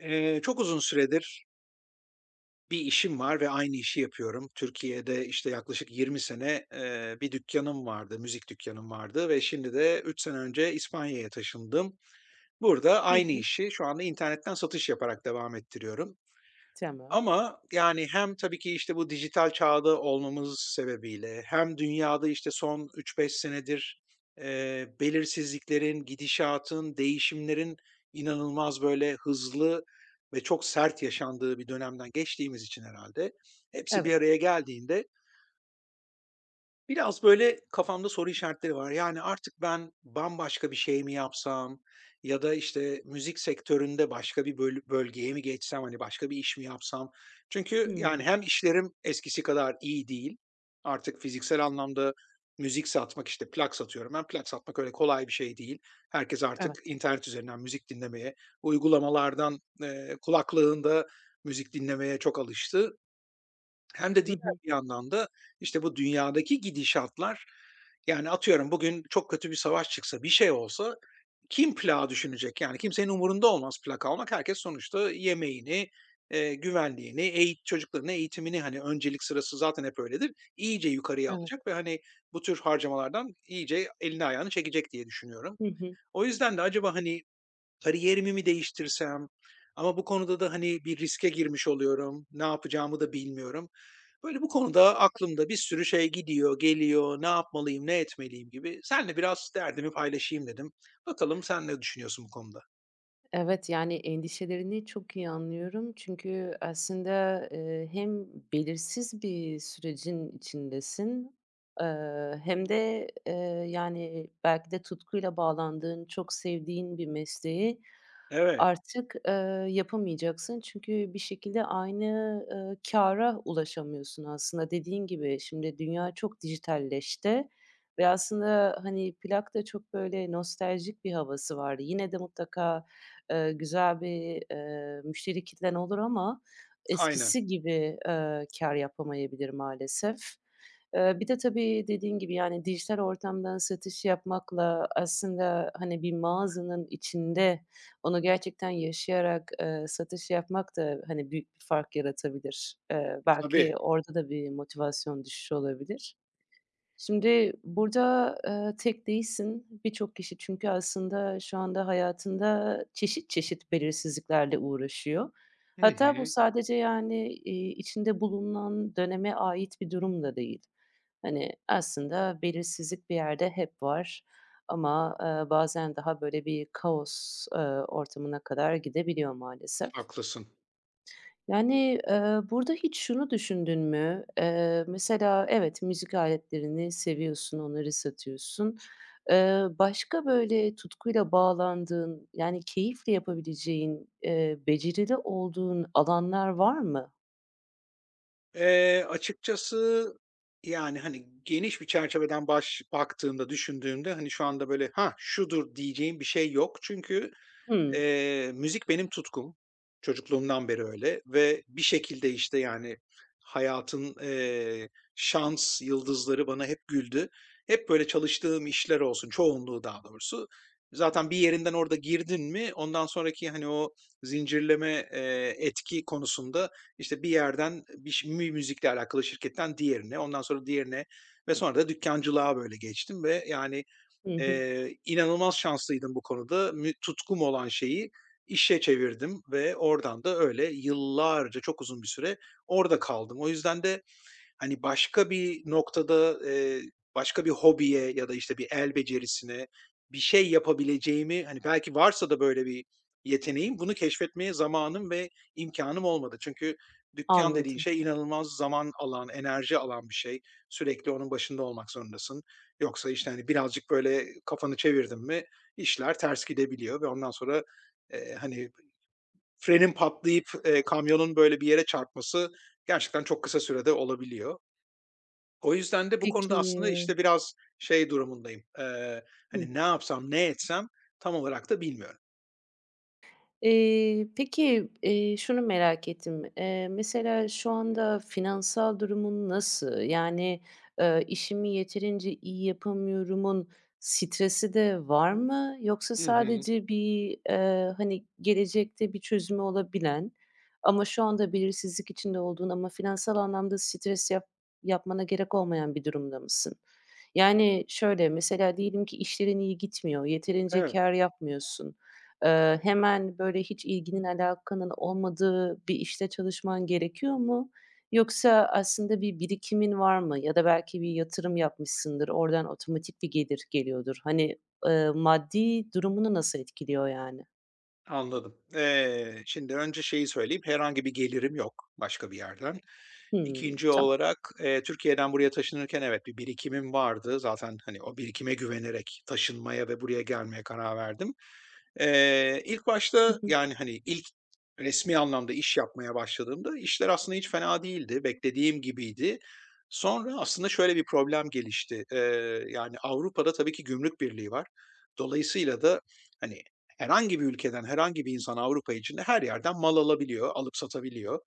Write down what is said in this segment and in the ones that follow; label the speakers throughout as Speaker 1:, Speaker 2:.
Speaker 1: Çok uzun süredir bir işim var ve aynı işi yapıyorum. Türkiye'de, işte, yaklaşık 20 sene, bir dükkanım vardı, müzik dükkanım vardı ve şimdi de 3 sene önce İspanya'ya taşındım. Burada
Speaker 2: Hı
Speaker 1: aynı
Speaker 2: hı.
Speaker 1: işi şu anda internetten satış yaparak devam ettiriyorum.
Speaker 2: Tamam.
Speaker 1: Ama, yani, hem tabii ki, işte, bu dijital çağda olmamız sebebiyle hem dünyada, işte, son 3-5 senedir, belirsizliklerin, gidişatın, değişimlerin inanılmaz, böyle, hızlı ve çok sert yaşandığı bir dönemden geçtiğimiz için herhalde hepsi bir
Speaker 2: Evet.
Speaker 1: araya geldiğinde biraz böyle kafamda soru işaretleri var. Yani artık ben bambaşka bir şey mi yapsam ya da işte müzik sektöründe başka bir bölgeye mi geçsem, hani, başka bir iş mi yapsam? Çünkü yani
Speaker 2: Hımm.
Speaker 1: hem işlerim eskisi kadar iyi değil. Artık fiziksel anlamda müzik satmak, işte plak satıyorum ben. Plak satmak öyle kolay bir şey değil. Herkes artık
Speaker 2: Evet.
Speaker 1: internet üzerinden müzik dinlemeye, uygulamalardan, kulaklığında müzik dinlemeye çok alıştı. Hem de
Speaker 2: Hı
Speaker 1: diğer
Speaker 2: hı.
Speaker 1: bir yandan da, işte, bu dünyadaki gidişatlar, yani, atıyorum bugün çok kötü bir savaş çıksa, bir şey olsa kim plağı düşünecek? Yani, kimsenin umurunda olmaz plak almak. Herkes sonuçta yemeğini, güvenliğini, çocuklarının eğitimini, hani, öncelik sırası zaten hep öyledir, iyice yukarıya
Speaker 2: Evet.
Speaker 1: alacak ve, hani, bu tür harcamalardan iyice elini ayağını çekecek diye düşünüyorum.
Speaker 2: Hı hı.
Speaker 1: O yüzden de acaba, hani, kariyerimi mi değiştirsem ama bu konuda da, hani, bir riske girmiş oluyorum, ne yapacağımı da bilmiyorum. Böyle bu konuda aklımda bir sürü şey gidiyor, geliyor, ne yapmalıyım, ne etmeliyim gibi. Seninle biraz derdimi paylaşayım dedim. Bakalım sen ne düşünüyorsun bu konuda?
Speaker 2: Evet, yani, endişelerini çok iyi anlıyorum. Çünkü aslında, hem belirsiz bir sürecin içindesin, hem de, yani, belki de tutkuyla bağlandığın, çok sevdiğin bir mesleği
Speaker 1: Evet,
Speaker 2: artık, yapamayacaksın. Çünkü bir şekilde aynı, kâra ulaşamıyorsun aslında. Dediğin gibi şimdi dünya çok dijitalleşti ve aslında, hani, plak da çok, böyle, nostaljik bir havası vardı. Yine de mutlaka güzel bir, müşteri kitlen olur ama
Speaker 1: aynen.
Speaker 2: eskisi gibi, kâr yapamayabilir maalesef. Bir de tabii dediğin gibi, yani, dijital ortamdan satış yapmakla aslında, hani, bir mağazanın içinde onu gerçekten yaşayarak, satış yapmak da, hani, büyük bir fark yaratabilir. Belki
Speaker 1: Tabii.
Speaker 2: orada da bir motivasyon düşüşü olabilir. Şimdi burada, tek değilsin. Birçok kişi çünkü aslında şu anda hayatında çeşit çeşit belirsizliklerle uğraşıyor.
Speaker 1: Hı
Speaker 2: Hatta bu
Speaker 1: hı,
Speaker 2: sadece, yani, içinde bulunan döneme ait bir durum da değil. Hani, aslında belirsizlik bir yerde hep var ama, bazen daha böyle bir kaos, ortamına kadar gidebiliyor maalesef.
Speaker 1: haklısın.
Speaker 2: Yani, burada hiç şunu düşündün mü? Mesela evet, müzik aletlerini seviyorsun, onları satıyorsun. Başka böyle tutkuyla bağlandığın, yani keyifle yapabileceğin, becerili olduğun alanlar var mı?
Speaker 1: Açıkçası yani, hani, geniş bir çerçeveden baktığımda, düşündüğümde, hani, şu anda böyle, ha şudur." diyeceğim bir şey yok. Çünkü,
Speaker 2: Hımm.
Speaker 1: Müzik benim tutkum. Çocukluğumdan beri öyle ve bir şekilde, işte, yani, hayatın, şans yıldızları bana hep güldü. Hep böyle çalıştığım işler olsun, çoğunluğu daha doğrusu. Zaten bir yerinden orada girdin mi ondan sonraki, hani, o zincirleme, etki konusunda, işte, bir yerden bir ş mü müzikle alakalı şirketten diğerine, ondan sonra diğerine ve sonra da dükkancılığa böyle geçtim ve, yani,
Speaker 2: Hı hı.
Speaker 1: İnanılmaz şanslıydım bu konuda. Tutkum olan şeyi işe çevirdim ve oradan da öyle yıllarca, çok uzun bir süre orada kaldım. O yüzden de, hani, başka bir noktada, başka bir hobiye ya da, işte, bir el becerisine bir şey yapabileceğimi, hani, belki varsa da böyle bir yeteneğim, bunu keşfetmeye zamanım ve imkânım olmadı. Çünkü dükkan dediğin
Speaker 2: Anladım.
Speaker 1: şey inanılmaz zaman alan, enerji alan bir şey. Sürekli onun başında olmak zorundasın. Yoksa, işte, hani, birazcık böyle kafanı çevirdin mi işler ters gidebiliyor ve ondan sonra, hani, frenin patlayıp, kamyonun böyle bir yere çarpması gerçekten çok kısa sürede olabiliyor. O yüzden de bu
Speaker 2: Peki.
Speaker 1: konuda aslında, işte, biraz şey durumundayım,
Speaker 2: Hı.
Speaker 1: hani, ne yapsam, ne etsem tam olarak da bilmiyorum.
Speaker 2: Peki, şunu merak ettim. Mesela şu anda finansal durumun nasıl? Yani, "İşimi yeterince iyi yapamıyorumun" stresi de var mı? Yoksa
Speaker 1: Hı hı.
Speaker 2: sadece bir, hani, gelecekte bir çözümü olabilen ama şu anda belirsizlik içinde olduğun ama finansal anlamda stres yapmana gerek olmayan bir durumda mısın? Yani, şöyle, mesela diyelim ki işlerin iyi gitmiyor, yeterince
Speaker 1: Evet.
Speaker 2: kâr yapmıyorsun. Hemen, böyle, hiç ilginin alakanın olmadığı bir işte çalışman gerekiyor mu? Yoksa aslında bir birikimin var mı? Ya da belki bir yatırım yapmışsındır, oradan otomatik bir gelir geliyordur. Hani, maddi durumunu nasıl etkiliyor yani?
Speaker 1: Anladım. Şimdi önce şeyi söyleyeyim, herhangi bir gelirim yok başka bir yerden.
Speaker 2: Hımm,
Speaker 1: İkinci
Speaker 2: tamam.
Speaker 1: olarak, Türkiye'den buraya taşınırken evet, bir birikimim vardı. Zaten, hani, o birikime güvenerek taşınmaya ve buraya gelmeye karar verdim. İlk
Speaker 2: Hı
Speaker 1: başta,
Speaker 2: hı.
Speaker 1: yani, hani, ilk resmi anlamda iş yapmaya başladığımda işler aslında hiç fena değildi, beklediğim gibiydi. Sonra aslında şöyle bir problem gelişti. Yani, Avrupa'da tabii ki Gümrük Birliği var. Dolayısıyla da, hani, herhangi bir ülkeden herhangi bir insan Avrupa içinde her yerden mal alabiliyor, alıp satabiliyor.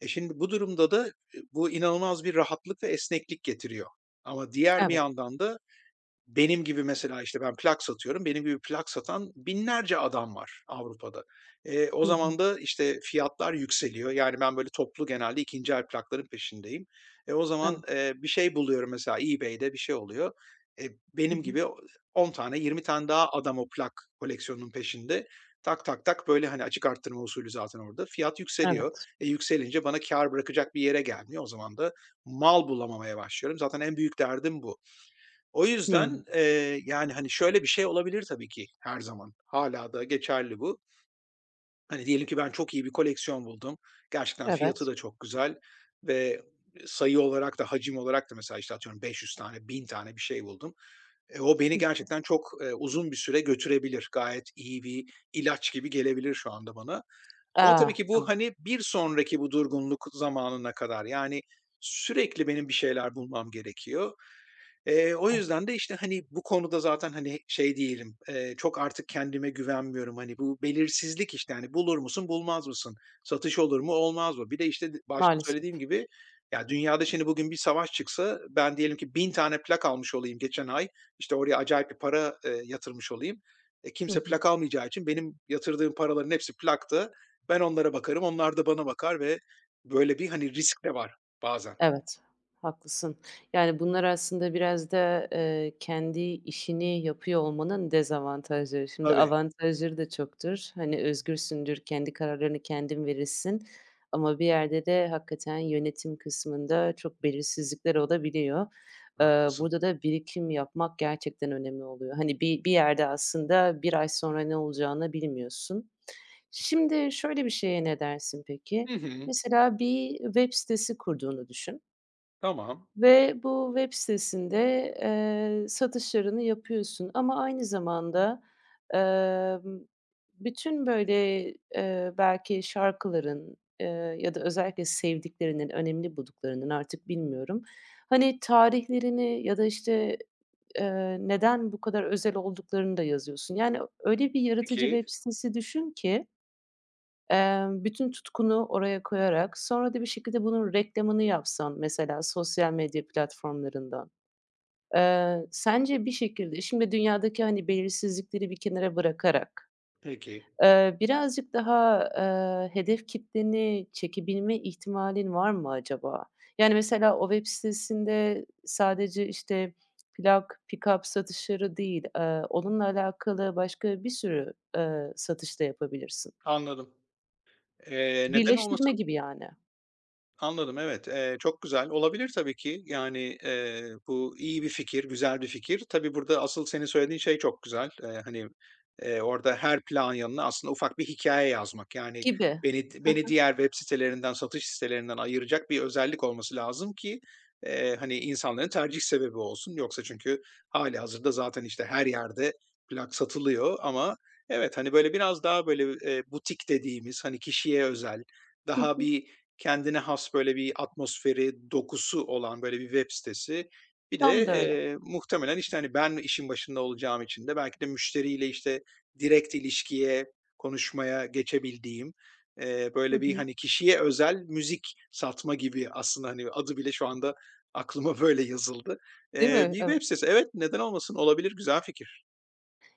Speaker 1: Şimdi bu durumda da, bu inanılmaz bir rahatlık ve esneklik getiriyor. Ama diğer bir
Speaker 2: Evet.
Speaker 1: yandan da benim gibi mesela, işte, ben plak satıyorum. Benim gibi plak satan binlerce adam var Avrupa'da. O
Speaker 2: Hı hı.
Speaker 1: zaman da, işte, fiyatlar yükseliyor. Yani, ben böyle toplu genelde ikinci el plakların peşindeyim. O zaman,
Speaker 2: Evet.
Speaker 1: bir şey buluyorum mesela eBay'de bir şey oluyor. E,
Speaker 2: Hı
Speaker 1: benim
Speaker 2: hı.
Speaker 1: gibi o 10 tane 20 tane daha adam o plak koleksiyonunun peşinde. Tak tak tak, böyle, hani, açık arttırma usulü zaten orada. Fiyat yükseliyor.
Speaker 2: Evet.
Speaker 1: Yükselince bana kar bırakacak bir yere gelmiyor. O zaman da mal bulamamaya başlıyorum. Zaten en büyük derdim bu. O
Speaker 2: Hımm.
Speaker 1: yüzden, yani, hani, şöyle bir şey olabilir tabii ki her zaman. Hala da geçerli bu. Hani, diyelim ki ben çok iyi bir koleksiyon buldum. Gerçekten fiyatı
Speaker 2: Evet.
Speaker 1: da çok güzel ve sayı olarak da hacim olarak da mesela, işte, atıyorum 500 tane, 1.000 tane bir şey buldum. O beni
Speaker 2: Hıh.
Speaker 1: gerçekten çok, uzun bir süre götürebilir. Gayet iyi bir ilaç gibi gelebilir şu anda bana. Ama tabii
Speaker 2: Ah,
Speaker 1: ki bu,
Speaker 2: tamam.
Speaker 1: hani, bir sonraki bu durgunluk zamanına kadar, yani, sürekli benim bir şeyler bulmam gerekiyor. O
Speaker 2: Evet,
Speaker 1: yüzden de, işte, hani, bu konuda zaten, hani, şey değilim, çok artık kendime güvenmiyorum. Hani, bu belirsizlik, işte, hani, bulur musun, bulmaz mısın? Satış olur mu, olmaz mı? Bir de, işte, başta
Speaker 2: maalesef.
Speaker 1: söylediğim gibi, ya, dünyada şimdi bugün bir savaş çıksa ben diyelim ki 1.000 tane plak almış olayım geçen ay, işte, oraya acayip bir para, yatırmış olayım. E,
Speaker 2: Hı
Speaker 1: kimse
Speaker 2: hı.
Speaker 1: plak almayacağı için benim yatırdığım paraların hepsi plakta. Ben onlara bakarım, onlar da bana bakar ve böyle bir, hani, risk de var bazen.
Speaker 2: Evet, haklısın. Yani, bunlar aslında biraz da, kendi işini yapıyor olmanın dezavantajları. Şimdi
Speaker 1: Tabii,
Speaker 2: avantajları da çoktur. Hani, özgürsündür, kendi kararlarını kendin verirsin ama bir yerde de hakikaten yönetim kısmında çok belirsizlikler olabiliyor.
Speaker 1: haklısın.
Speaker 2: Burada da birikim yapmak gerçekten önemli oluyor. Hani, bir yerde aslında bir ay sonra ne olacağını bilmiyorsun. Şimdi şöyle bir şeye ne dersin peki?
Speaker 1: Hı hı.
Speaker 2: Mesela bir web sitesi kurduğunu düşün
Speaker 1: Tamam.
Speaker 2: ve bu web sitesinde, satışlarını yapıyorsun ama aynı zamanda, emm, bütün, böyle, belki şarkıların, ya da özellikle sevdiklerinin, önemli bulduklarının artık bilmiyorum, hani, tarihlerini ya da, işte, neden bu kadar özel olduklarını da yazıyorsun. Yani, öyle bir yaratıcı
Speaker 1: Peki,
Speaker 2: web sitesi düşün ki bütün tutkunu oraya koyarak sonra da bir şekilde bunun reklamını yapsan mesela sosyal medya platformlarından, sence bir şekilde şimdi dünyadaki, hani, belirsizlikleri bir kenara bırakarak,
Speaker 1: peki.
Speaker 2: birazcık daha, hedef kitleni çekebilme ihtimalin var mı acaba? Yani, mesela o web sitesinde sadece, işte, plak, up satışları değil, onunla alakalı başka bir sürü, satış da yapabilirsin.
Speaker 1: Anladım. Neden
Speaker 2: Birleştirme
Speaker 1: olmasın?
Speaker 2: gibi yani.
Speaker 1: Anladım, evet. Çok güzel. Olabilir tabii ki. Yani, bu iyi bir fikir, güzel bir fikir. Tabii burada asıl senin söylediğin şey çok güzel. Hani, orada her plan yanına aslında ufak bir hikaye yazmak. Yani,
Speaker 2: Gibi.
Speaker 1: beni diğer web sitelerinden, satış sitelerinden ayıracak bir özellik olması lazım ki, hani, insanların tercih sebebi olsun. Yoksa çünkü hali hazırda zaten, işte, her yerde plak satılıyor ama evet, hani, böyle biraz daha böyle, butik dediğimiz, hani, kişiye özel,
Speaker 2: Hı
Speaker 1: daha
Speaker 2: hı.
Speaker 1: bir, kendine has böyle bir atmosferi, dokusu olan böyle bir web sitesi. Bir de,
Speaker 2: Tam da öyle.
Speaker 1: muhtemelen, işte, hani, ben işin başında olacağım için de belki de müşteriyle, işte, direkt ilişkiye, konuşmaya geçebildiğim,
Speaker 2: Hı
Speaker 1: böyle bir,
Speaker 2: hı.
Speaker 1: hani, kişiye özel müzik satma gibi aslında, hani, adı bile şu anda aklıma böyle yazıldı.
Speaker 2: Değil
Speaker 1: Eee,
Speaker 2: mi?
Speaker 1: bir
Speaker 2: Evet.
Speaker 1: web sitesi. Evet, neden olmasın? Olabilir, güzel fikir.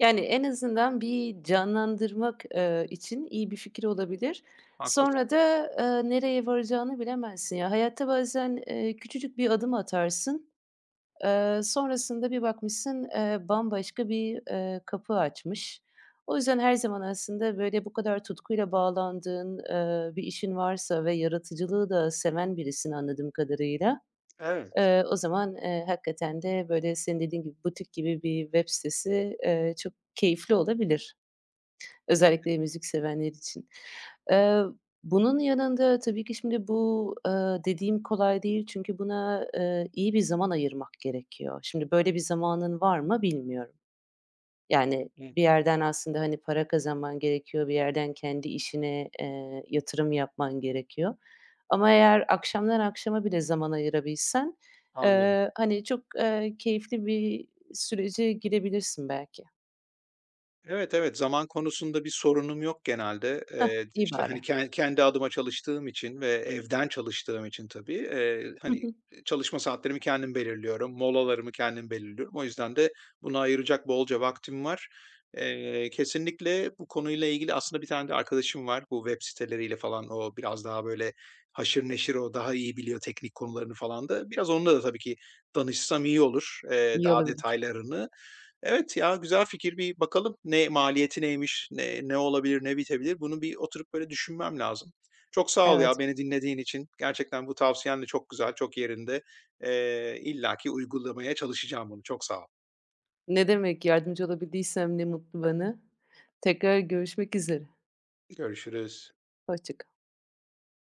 Speaker 2: Yani, en azından bir canlandırmak, için iyi bir fikir olabilir.
Speaker 1: Haklısın.
Speaker 2: Sonra da, nereye varacağını bilemezsin. Ya, hayatta bazen, küçücük bir adım atarsın, sonrasında bir bakmışsın, bambaşka bir, kapı açmış. O yüzden her zaman aslında, böyle, bu kadar tutkuyla bağlandığın, bir işin varsa ve yaratıcılığı da seven birisin anladığım kadarıyla.
Speaker 1: Evet.
Speaker 2: O zaman, hakikaten de, böyle, senin dediğin gibi butik gibi bir web sitesi, çok keyifli olabilir. Özellikle müzik sevenler için. Eee, Bunun yanında tabii ki şimdi bu, dediğim kolay değil çünkü buna, iyi bir zaman ayırmak gerekiyor. Şimdi böyle bir zamanın var mı bilmiyorum. Yani,
Speaker 1: Hı,
Speaker 2: bir yerden aslında, hani, para kazanman gerekiyor, bir yerden kendi işine, yatırım yapman gerekiyor. Ama eğer akşamdan akşama bile zaman ayırabilsen,
Speaker 1: anladım.
Speaker 2: hani, çok, keyifli bir sürece girebilirsin belki.
Speaker 1: Evet, evet, zaman konusunda bir sorunum yok genelde.
Speaker 2: Hah, iyi
Speaker 1: İşte,
Speaker 2: bari.
Speaker 1: hani, kendi adıma çalıştığım için ve evden çalıştığım için tabii,
Speaker 2: Hı
Speaker 1: hani,
Speaker 2: hı.
Speaker 1: çalışma saatlerimi kendim belirliyorum, molalarımı kendim belirliyorum. O yüzden de buna ayıracak bolca vaktim var. Kesinlikle bu konuyla ilgili aslında bir tane de arkadaşım var. Bu web siteleriyle falan o biraz daha, böyle, haşır neşir, o daha iyi biliyor teknik konularını falan da. Biraz onunla da tabii ki danışsam iyi olur,
Speaker 2: İyi
Speaker 1: daha
Speaker 2: olabilir.
Speaker 1: detaylarını. Evet ya, güzel fikir. Bir bakalım ne maliyeti neymiş, ne olabilir, ne bitebilir? Bunu bir oturup böyle düşünmem lazım. Çok sağ ol ya
Speaker 2: Evet.
Speaker 1: beni dinlediğin için. Gerçekten bu tavsiyen de çok güzel, çok yerinde. İllaki uygulamaya çalışacağım bunu. Çok sağ ol.
Speaker 2: Ne demek, yardımcı olabildiysem ne mutlu bana. Tekrar görüşmek üzere.
Speaker 1: Görüşürüz.
Speaker 2: Hoşça kal.